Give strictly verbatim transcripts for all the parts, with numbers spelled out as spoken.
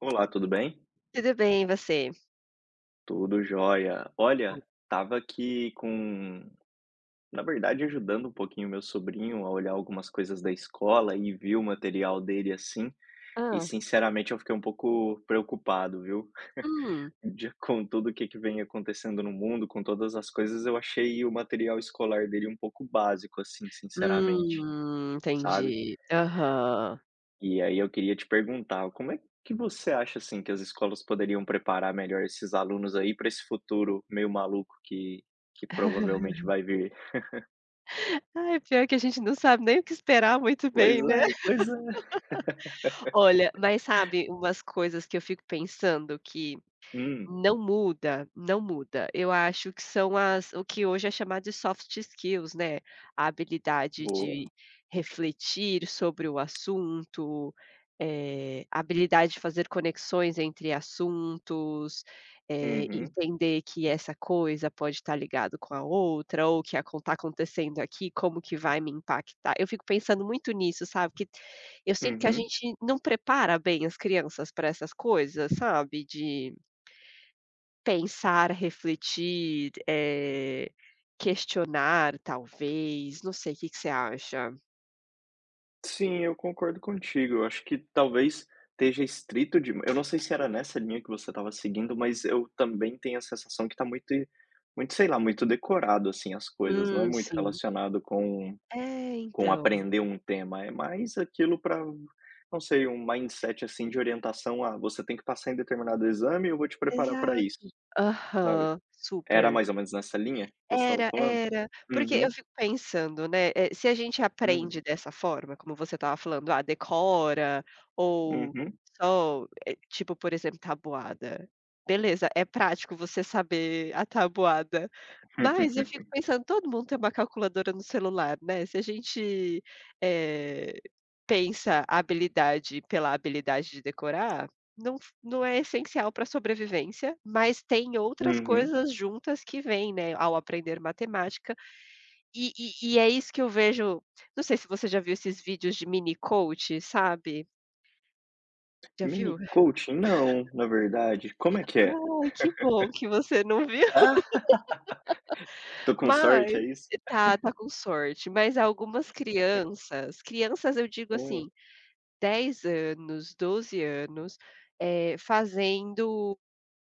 Olá, tudo bem? Tudo bem, e você? Tudo jóia. Olha, tava aqui com na verdade, ajudando um pouquinho meu sobrinho a olhar algumas coisas da escola e vi o material dele, assim, e Hã. sinceramente eu fiquei um pouco preocupado, viu, Hum. de com tudo o que que vem acontecendo no mundo, com todas as coisas, eu achei o material escolar dele um pouco básico, assim, sinceramente, Hum, sabe. entendi. Aham. E aí eu queria te perguntar, como é que você acha, assim, que as escolas poderiam preparar melhor esses alunos aí para esse futuro meio maluco que que provavelmente vai vir? Ai, pior que a gente não sabe nem o que esperar muito Pois bem, né. é, pois é. Olha, mas sabe umas coisas que eu fico pensando, que Hum, não muda, não muda. Eu acho que são as o que hoje é chamado de soft skills, né, a habilidade boa. de refletir sobre o assunto, eh, a habilidade de fazer conexões entre assuntos, eh, Uhum, entender que essa coisa pode estar ligada com a outra ou o que está acontecendo aqui, como que vai me impactar. Eu fico pensando muito nisso, sabe, que eu sinto que a uhum. gente não prepara bem as crianças para essas coisas, sabe, de pensar, refletir, eh, questionar talvez, não sei, o que que você acha? Sim, eu concordo contigo. Eu acho que talvez esteja estrito dema eu não sei se era nessa linha que você estava seguindo, mas eu também tenho a sensação que está muito muito, sei lá, muito decorado, assim, as coisas, não é Hum, muito sim. relacionado com. É, Com então. aprender um tema, é mais aquilo para, não sei, um mindset, assim, de orientação: "a você tem que passar em determinado exame e eu vou te preparar para isso", Exato. sabe. Aham, Era super. mais ou menos nessa linha que você estava Era, falando? era. Porque eu Uhum, fico pensando, né, eh, se a gente hum, aprende dessa forma, como você estava falando, ah, decora ou uhum. só, eh, tipo, por exemplo, tabuada. Beleza, é prático você saber a tabuada, mas eu fico pensando, todo mundo tem uma calculadora no celular, né. Se a gente, eh, pensa a habilidade pela habilidade de decorar, não não é essencial para a sobrevivência, mas tem outras Uhum. coisas juntas que vêm, né, ao aprender matemática. E e e é isso que eu vejo. Não sei se você já viu esses vídeos de mini coach, sabe? Já viu? Mini coaching? Não, na verdade. Como é que é? Ai, que bom que você não viu. Ah, tô com Mas sorte, é isso? tá, tá com sorte. Mas algumas crianças, crianças eu digo Hã. assim, dez anos, doze anos, eh, fazendo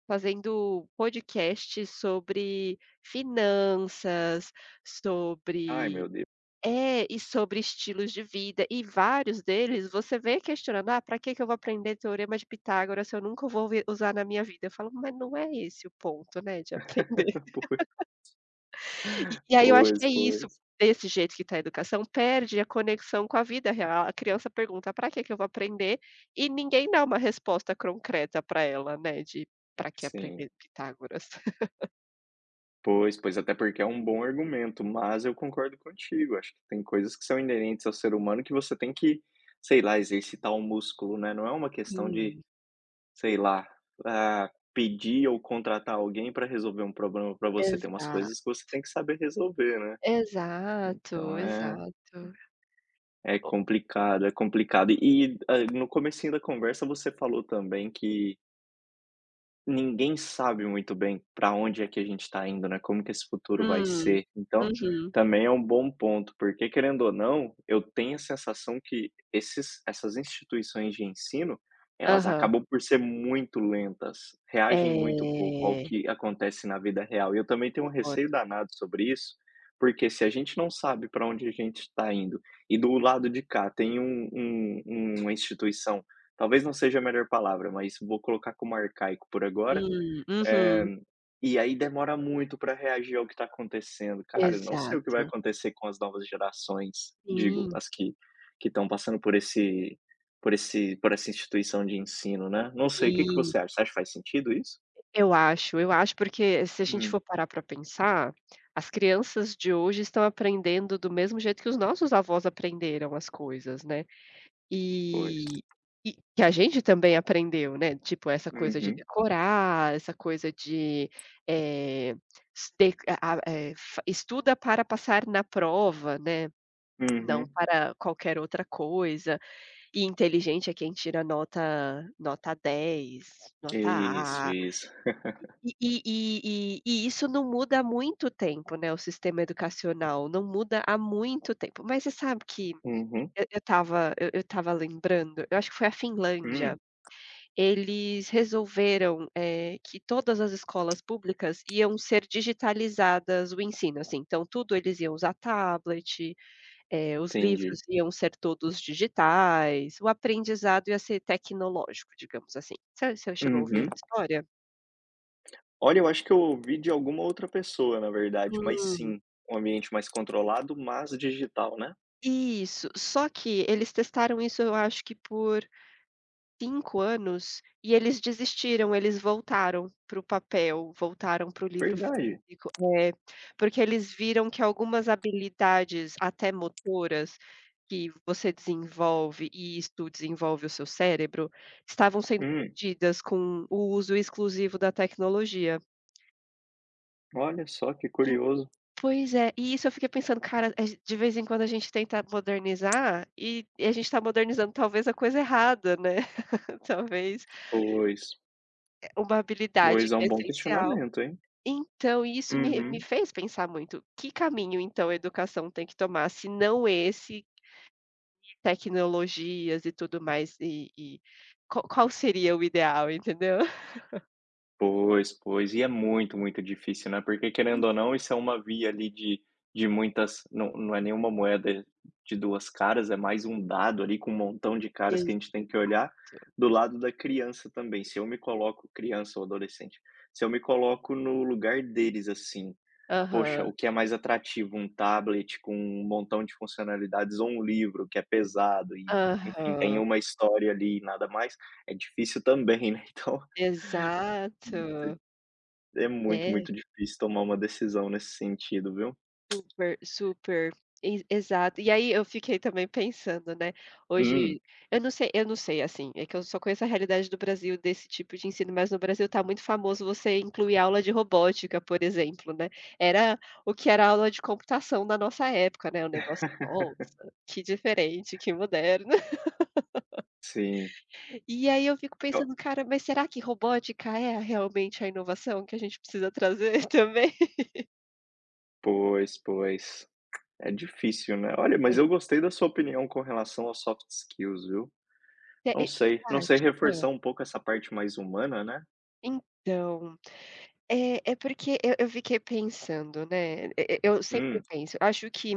fazendo podcasts sobre finanças, Ai, sobre meu Deus. é, e sobre estilos de vida. E vários deles você vem questionando: "Ah, para que que eu vou aprender teorema de Pitágoras se eu nunca vou vi usar na minha vida?" Eu falo: "Mas não é esse o ponto, né, de aprender." E e aí eu acho que Pois, pois, é isso. pois. Desse jeito que está a educação, perde a conexão com a vida real. A criança pergunta: para que que eu vou aprender? E ninguém dá uma resposta concreta para ela, né, de para que Sim. aprender Pitágoras. Pois, pois, até porque é um bom argumento, mas eu concordo contigo, acho que tem coisas que são inerentes ao ser humano que você tem que, sei lá, exercitar o músculo, né, não é uma questão de, Sim, sei lá, ah, pedir ou contratar alguém para resolver um problema para você, tem umas exa coisas que você tem que saber resolver, né. exato, Então é exato. é O complicado, é complicado. E, ah, no comecinho da conversa você falou também que, ninguém sabe muito bem para onde é que a gente está indo, né, como que esse futuro vai Hum, ser. Então, uhum, também é um bom ponto, porque querendo ou não, eu tenho a sensação que esses essas instituições de ensino, elas aham. acabam por ser muito lentas, reagem muito pouco ao É, que acontece na vida real. E eu também tenho um receio concordo. danado sobre isso, porque se a gente não sabe para onde a gente está indo, e do lado de cá tem um um uma instituição. Talvez não seja a melhor palavra, mas vou colocar como arcaico por agora, Hum, eh, uhum, e aí demora muito para reagir ao que está acontecendo. Cara, eu não sei o que vai exato. acontecer com as novas gerações, digo, Sim, as que que estão passando por esse por esse por essa instituição de ensino, né. Não sei, o que que sim. você acha? Você acha que faz sentido isso? Eu acho, eu acho, porque se a gente Hum, for parar pra pensar, as crianças de hoje estão aprendendo do mesmo jeito que os nossos avós aprenderam as coisas, né. pois. E e que a gente também aprendeu, né, tipo essa coisa de Uhum, decorar, essa coisa de, eh, s ter a a eh, fa estuda para passar na prova, né, não uhum. para qualquer outra coisa. E inteligente é quem tira nota nota dez, nota Isso, A, isso. e e e e e isso não muda há muito tempo, né, o sistema educacional, não muda há muito tempo. Mas você sabe que Uhum. eu eu estava eu eu estava lembrando, eu acho que foi a Hum, Finlândia, eles resolveram, eh, que todas as escolas públicas iam ser digitalizadas o ensino, assim, então tudo eles iam usar tablet, eh, os livros entendi. iam ser todos digitais, o aprendizado ia ser tecnológico, digamos assim. Você você chegou a ouvir Uhum. essa história? Olha, eu acho que eu ouvi de alguma outra pessoa, na verdade, mas Hum, sim, um ambiente mais controlado, mas digital, né? isso, só que eles testaram isso eu acho que por cinco anos, e eles desistiram, eles voltaram para o papel, voltaram para o livro Verdade. físico. É, porque eles viram que algumas habilidades, até motoras, que você desenvolve e isso desenvolve o seu cérebro, estavam sendo Hum, perdidas com o uso exclusivo da tecnologia. olha só que En curioso. Pois é, e isso eu fiquei pensando: "Cara, a gen de vez em quando a gente tenta modernizar, e e a gente está modernizando talvez a coisa errada, né, talvez Pois, uma habilidade pois é que um é bom essencial." questionamento, hein? Então, isso me me Uhum. fez pensar muito, que caminho então a educação tem que tomar, se não esse, tecnologias e tudo mais, e e qual qual seria o ideal, entendeu? Pois, pois. E é muito, muito difícil, né, porque Com querendo ou não, isso é uma via ali de de muitas, não não é nenhuma moeda de duas caras, é mais um dado ali com um montão de caras que a certeza. gente tem que olhar, do lado da criança também. Se eu me coloco criança ou adolescente, se eu me coloco no lugar deles, assim, poxa, Aham, o que é mais atrativo, um tablet com um montão de funcionalidades ou um livro que é pesado e, enfim, tem aham, uma história ali e nada mais, é difícil também, né, então exato, é muito, é. muito difícil tomar uma decisão nesse sentido, viu. Super, super. E exato. E aí eu fiquei também pensando, né, Hum, hoje eu não sei, eu não sei, assim, é que eu só conheço a realidade do Brasil desse tipo de ensino, mas no Brasil tá muito famoso você incluir aula de robótica, por exemplo, né. Era o que era aula de computação na nossa época, né, o negócio, nossa, que diferente, que moderno. sim. E aí eu fico Ó, pensando: "Cara, mas será que robótica é realmente a inovação que a gente precisa trazer também?" pois, pois. É difícil, né. Olha, mas eu gostei da sua opinião com relação aos soft skills, viu. É, Não é, sei, você não sei, acha? Hã. reforçar um pouco essa parte mais humana, né. Então, é, é porque eu eu fiquei pensando, né, e e- eu sempre Hum, penso, acho que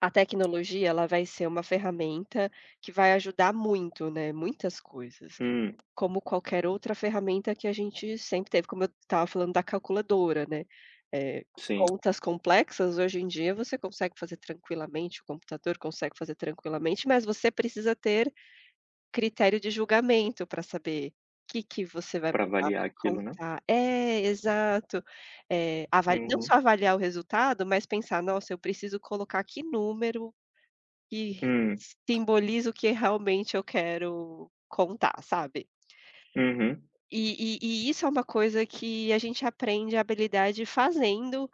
a tecnologia, ela vai ser uma ferramenta que vai ajudar muito, né, muitas coisas, hum, como qualquer outra ferramenta que a gente sempre teve, como eu estava falando da calculadora, né, eh, sim. contas complexas hoje em dia você consegue fazer tranquilamente, o computador consegue fazer tranquilamente, mas você precisa ter critério de julgamento para saber o que que você vai Para botar avaliar pra aquilo, né. contar. É, exato. Eh, avali Não só Uhum. avaliar o resultado, mas pensar: "Nossa, eu preciso colocar que número que Hum, simboliza o que realmente eu quero contar", sabe. uhum, E e e isso é uma coisa que a gente aprende a habilidade fazendo,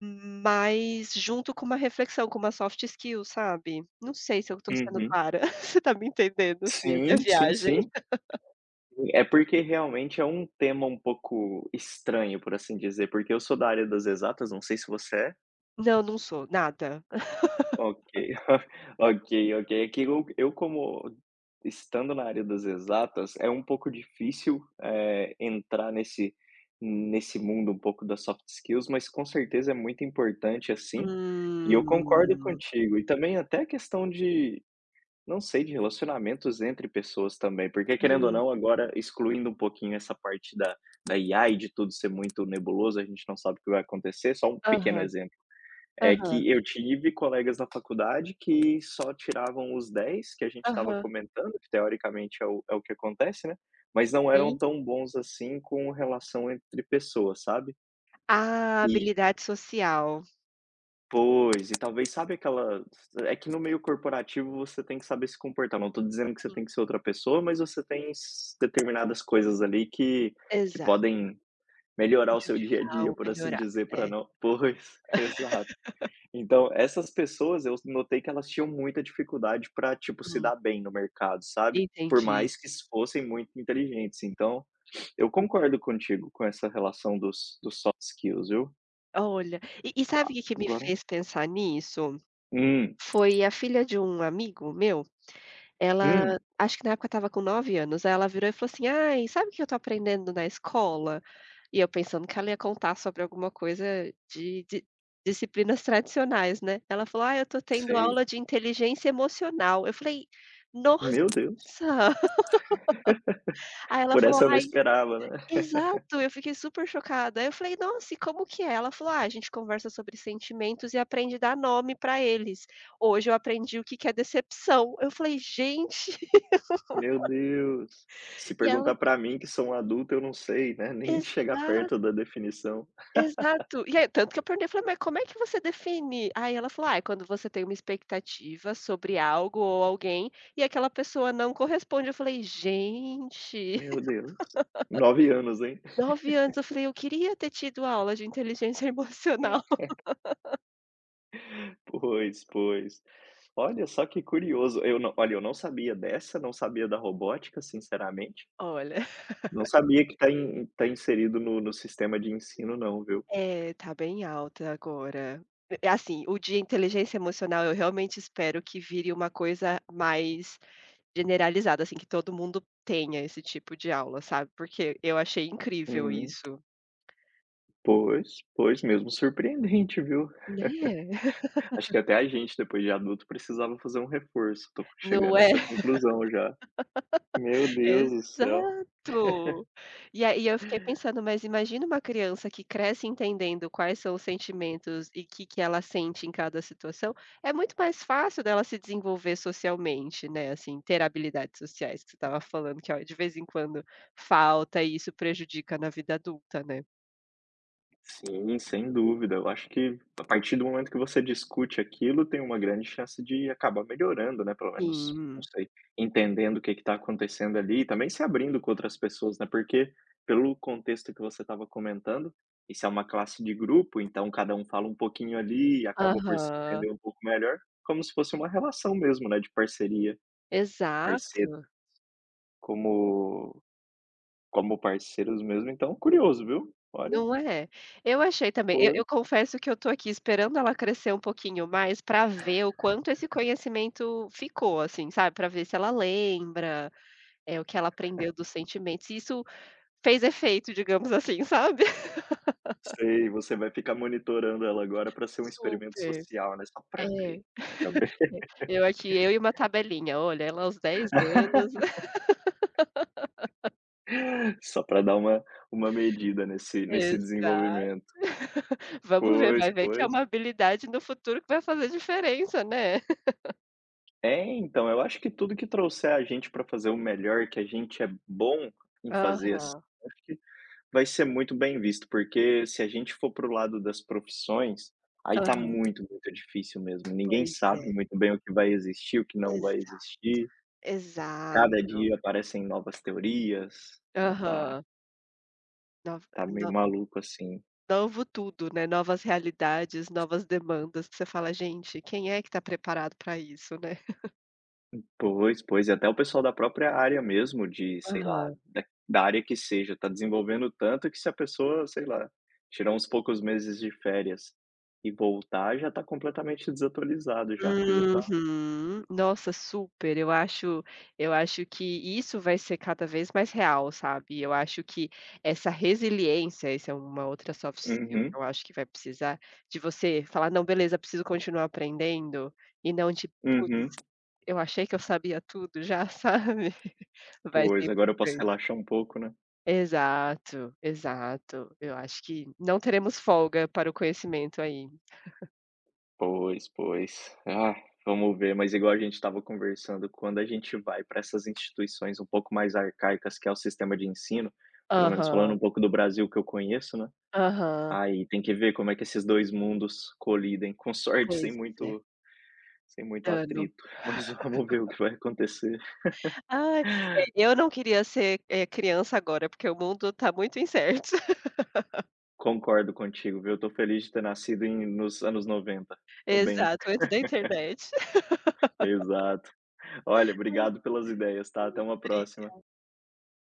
mas junto com uma reflexão, com uma soft skill, sabe. Não sei se eu estou sendo uhum. clara. Você está me entendendo, assim, a Sim, minha sim, viagem? sim. É porque realmente é um tema um pouco estranho, por assim dizer, porque eu sou da área das exatas, não sei se você é. Não, não sou, nada. Ok, ok, ok. É que eu eu como estando na área das exatas, é um pouco difícil, eh, entrar nesse nesse mundo um pouco das soft skills, mas com certeza é muito importante, assim, e eu concordo Hum, contigo. E também até a questão de, não sei, de relacionamentos entre pessoas também, porque querendo ou hum. não, agora excluindo um pouquinho essa parte da da I A e de tudo ser muito nebuloso, a gente não sabe o que vai acontecer, só um pequeno Aham, exemplo. É aham, que eu tive colegas na faculdade que só tiravam os dez que a gente estava aham. comentando, que teoricamente é o é o que acontece, né, mas não eram Sim. tão bons assim com relação entre pessoas, sabe. A E habilidade social. pois, e talvez sabe aquela, é que no meio corporativo você tem que saber se comportar, não estou dizendo que você Sim. tem que ser outra pessoa, mas você tem s determinadas coisas ali que que Exato, podem melhorar o seu dia a prejudicar dia, ou por assim melhorar. dizer, para É, não pois, exato. Então, essas pessoas eu notei que elas tinham muita dificuldade para tipo, se hum, dar bem no mercado, sabe, por entendi, mais que s- fossem muito inteligentes. Então, eu super. concordo contigo com essa relação dos dos soft skills, viu. Olha, e e sabe o que que me Agora fez pensar nisso? hum, Foi a filha de um amigo meu. Ela, hum, acho que na época, estava com nove anos. Aí ela virou e falou assim: "Ai, sabe o que eu tô aprendendo na escola?" E eu pensando que ela ia contar sobre alguma coisa de de disciplinas tradicionais, né. Ela falou: "Ah, eu tô tendo sei. aula de inteligência emocional." Eu falei: "Nossa!" Meu Deus, Aí ela por falou: essa eu não "Ai", esperava, né. exato, eu fiquei super chocada. Aí eu falei: "Nossa, e como que é?" Ela falou: "Ah, a gente conversa sobre sentimentos e aprende a dar nome pra eles. Hoje eu aprendi o que que é decepção." Eu falei: "Gente." Meu Deus. Se E ela perguntar pra mim que sou um adulto, eu não sei, né, nem chegar Exato. perto da definição. Exato. E aí tanto que eu perguntei, eu falei: "Mas como é que você define?" Aí ela falou: "Ah, é quando você tem uma expectativa sobre algo ou alguém, e aquela pessoa não corresponde." Eu falei: "Gente, Meu Deus, nove anos, hein. nove anos", eu falei: "Eu queria ter tido aula de inteligência emocional." Pois, pois. Olha só que curioso, eu não olha, eu não sabia dessa, não sabia da robótica, sinceramente. Olha, Não sabia que está in tá inserido no no sistema de ensino não, viu. é, tá bem alta agora. É assim, o de inteligência emocional eu realmente espero que vire uma coisa mais generalizada, assim, que todo mundo tenha esse tipo de aula, sabe, porque eu achei incrível Uhum. isso. Pois, pois mesmo, surpreendente, viu. Né? Acho que até a gente, depois de adulto, precisava fazer um reforço, tô Não chegando a é? essa conclusão já. Meu Deus do céu. Exato. E aí eu fiquei pensando, mas imagina uma criança que cresce entendendo quais são os sentimentos e que que ela sente em cada situação, é muito mais fácil dela se desenvolver socialmente, né, assim, ter habilidades sociais que você estava falando que, ó, de vez em quando falta e isso prejudica na vida adulta, né. Sim, sem dúvida. Eu acho que a partir do momento que você discute aquilo, tem uma grande chance de acabar melhorando, né, pelo menos, não Sim. sei, entendendo o que está acontecendo ali e também se abrindo com outras pessoas, né, porque pelo contexto que você estava comentando, isso é uma classe de grupo, então cada um fala um pouquinho ali e acaba por se Aham. entender um pouco melhor, como se fosse uma relação mesmo, né, de parceria, parceiro Exato. como como parceiros mesmo, então curioso, viu. Olha, Não é? Eu achei também. Eu eu foi confesso que eu tô aqui esperando ela crescer um pouquinho mais pra ver o quanto esse conhecimento ficou, assim, sabe, pra ver se ela lembra, eh, o que ela aprendeu dos sentimentos, se isso fez efeito, digamos assim, sabe. sei, você vai ficar monitorando ela agora para ser um experimento Super. social, né, só para É. ver, pra ver, Eu aqui, eu e uma tabelinha, olha, ela aos dez anos. só para dar uma uma medida nesse nesse Exato. desenvolvimento. Vamos ver, Pois, vai ver que é pois. uma habilidade no futuro que vai fazer diferença, né. É, então, eu acho que tudo que trouxer a gente para fazer o melhor que a gente é bom em fazer, assim, Aham, acho que vai ser muito bem visto, porque se a gente for pro lado das profissões, aí tá aham. muito, muito difícil mesmo. Ninguém Pois é. sabe muito bem o que vai existir, o que não vai Exa existir. Cada Exato. dia aparecem novas teorias, então tá Aham. Nov tá meio no maluco, assim. Novo tudo, né, novas realidades, novas demandas que você fala: "Gente, quem é que tá preparado para isso, né?" Pois, pois, e até o pessoal da própria área mesmo de, sei lá, Aham. da da área que seja, tá desenvolvendo tanto que se a pessoa, sei lá, tirar uns poucos meses de férias e voltar, já tá completamente desatualizado já, a coisa tá. Uhum. Nossa, super. Eu acho eu acho que isso vai ser cada vez mais real, sabe. Eu acho que essa resiliência, essa é uma outra soft skill que Uhum, eu acho que vai precisar, de você falar: "Não, beleza, preciso continuar aprendendo", e não de: "Putz, uhum. eu achei que eu sabia tudo já", sabe. Vai ser Pois, agora eu posso importante. relaxar um pouco, né. Exato, exato. Eu acho que não teremos folga para o conhecimento aí. Pois, pois. Ah, vamos ver, mas igual a gente estava conversando, quando a gente vai para essas instituições um pouco mais arcaicas, que é o sistema de ensino, pelo menos falando Aham, um pouco do Brasil que eu conheço, né, aham. aí tem que ver como é que esses dois mundos colidem, com sorte, sem Pois é, muito sem muito dano. atrito, mas vamos ver o que vai acontecer. Ai, é, eu não queria ser, eh, criança agora, porque o mundo tá muito incerto. Concordo contigo, viu, estou feliz de ter nascido em nos anos noventa. Estou bem. Exato, antes da internet. Exato. Olha, Ai, obrigado pelas ideias, tá, até uma próxima.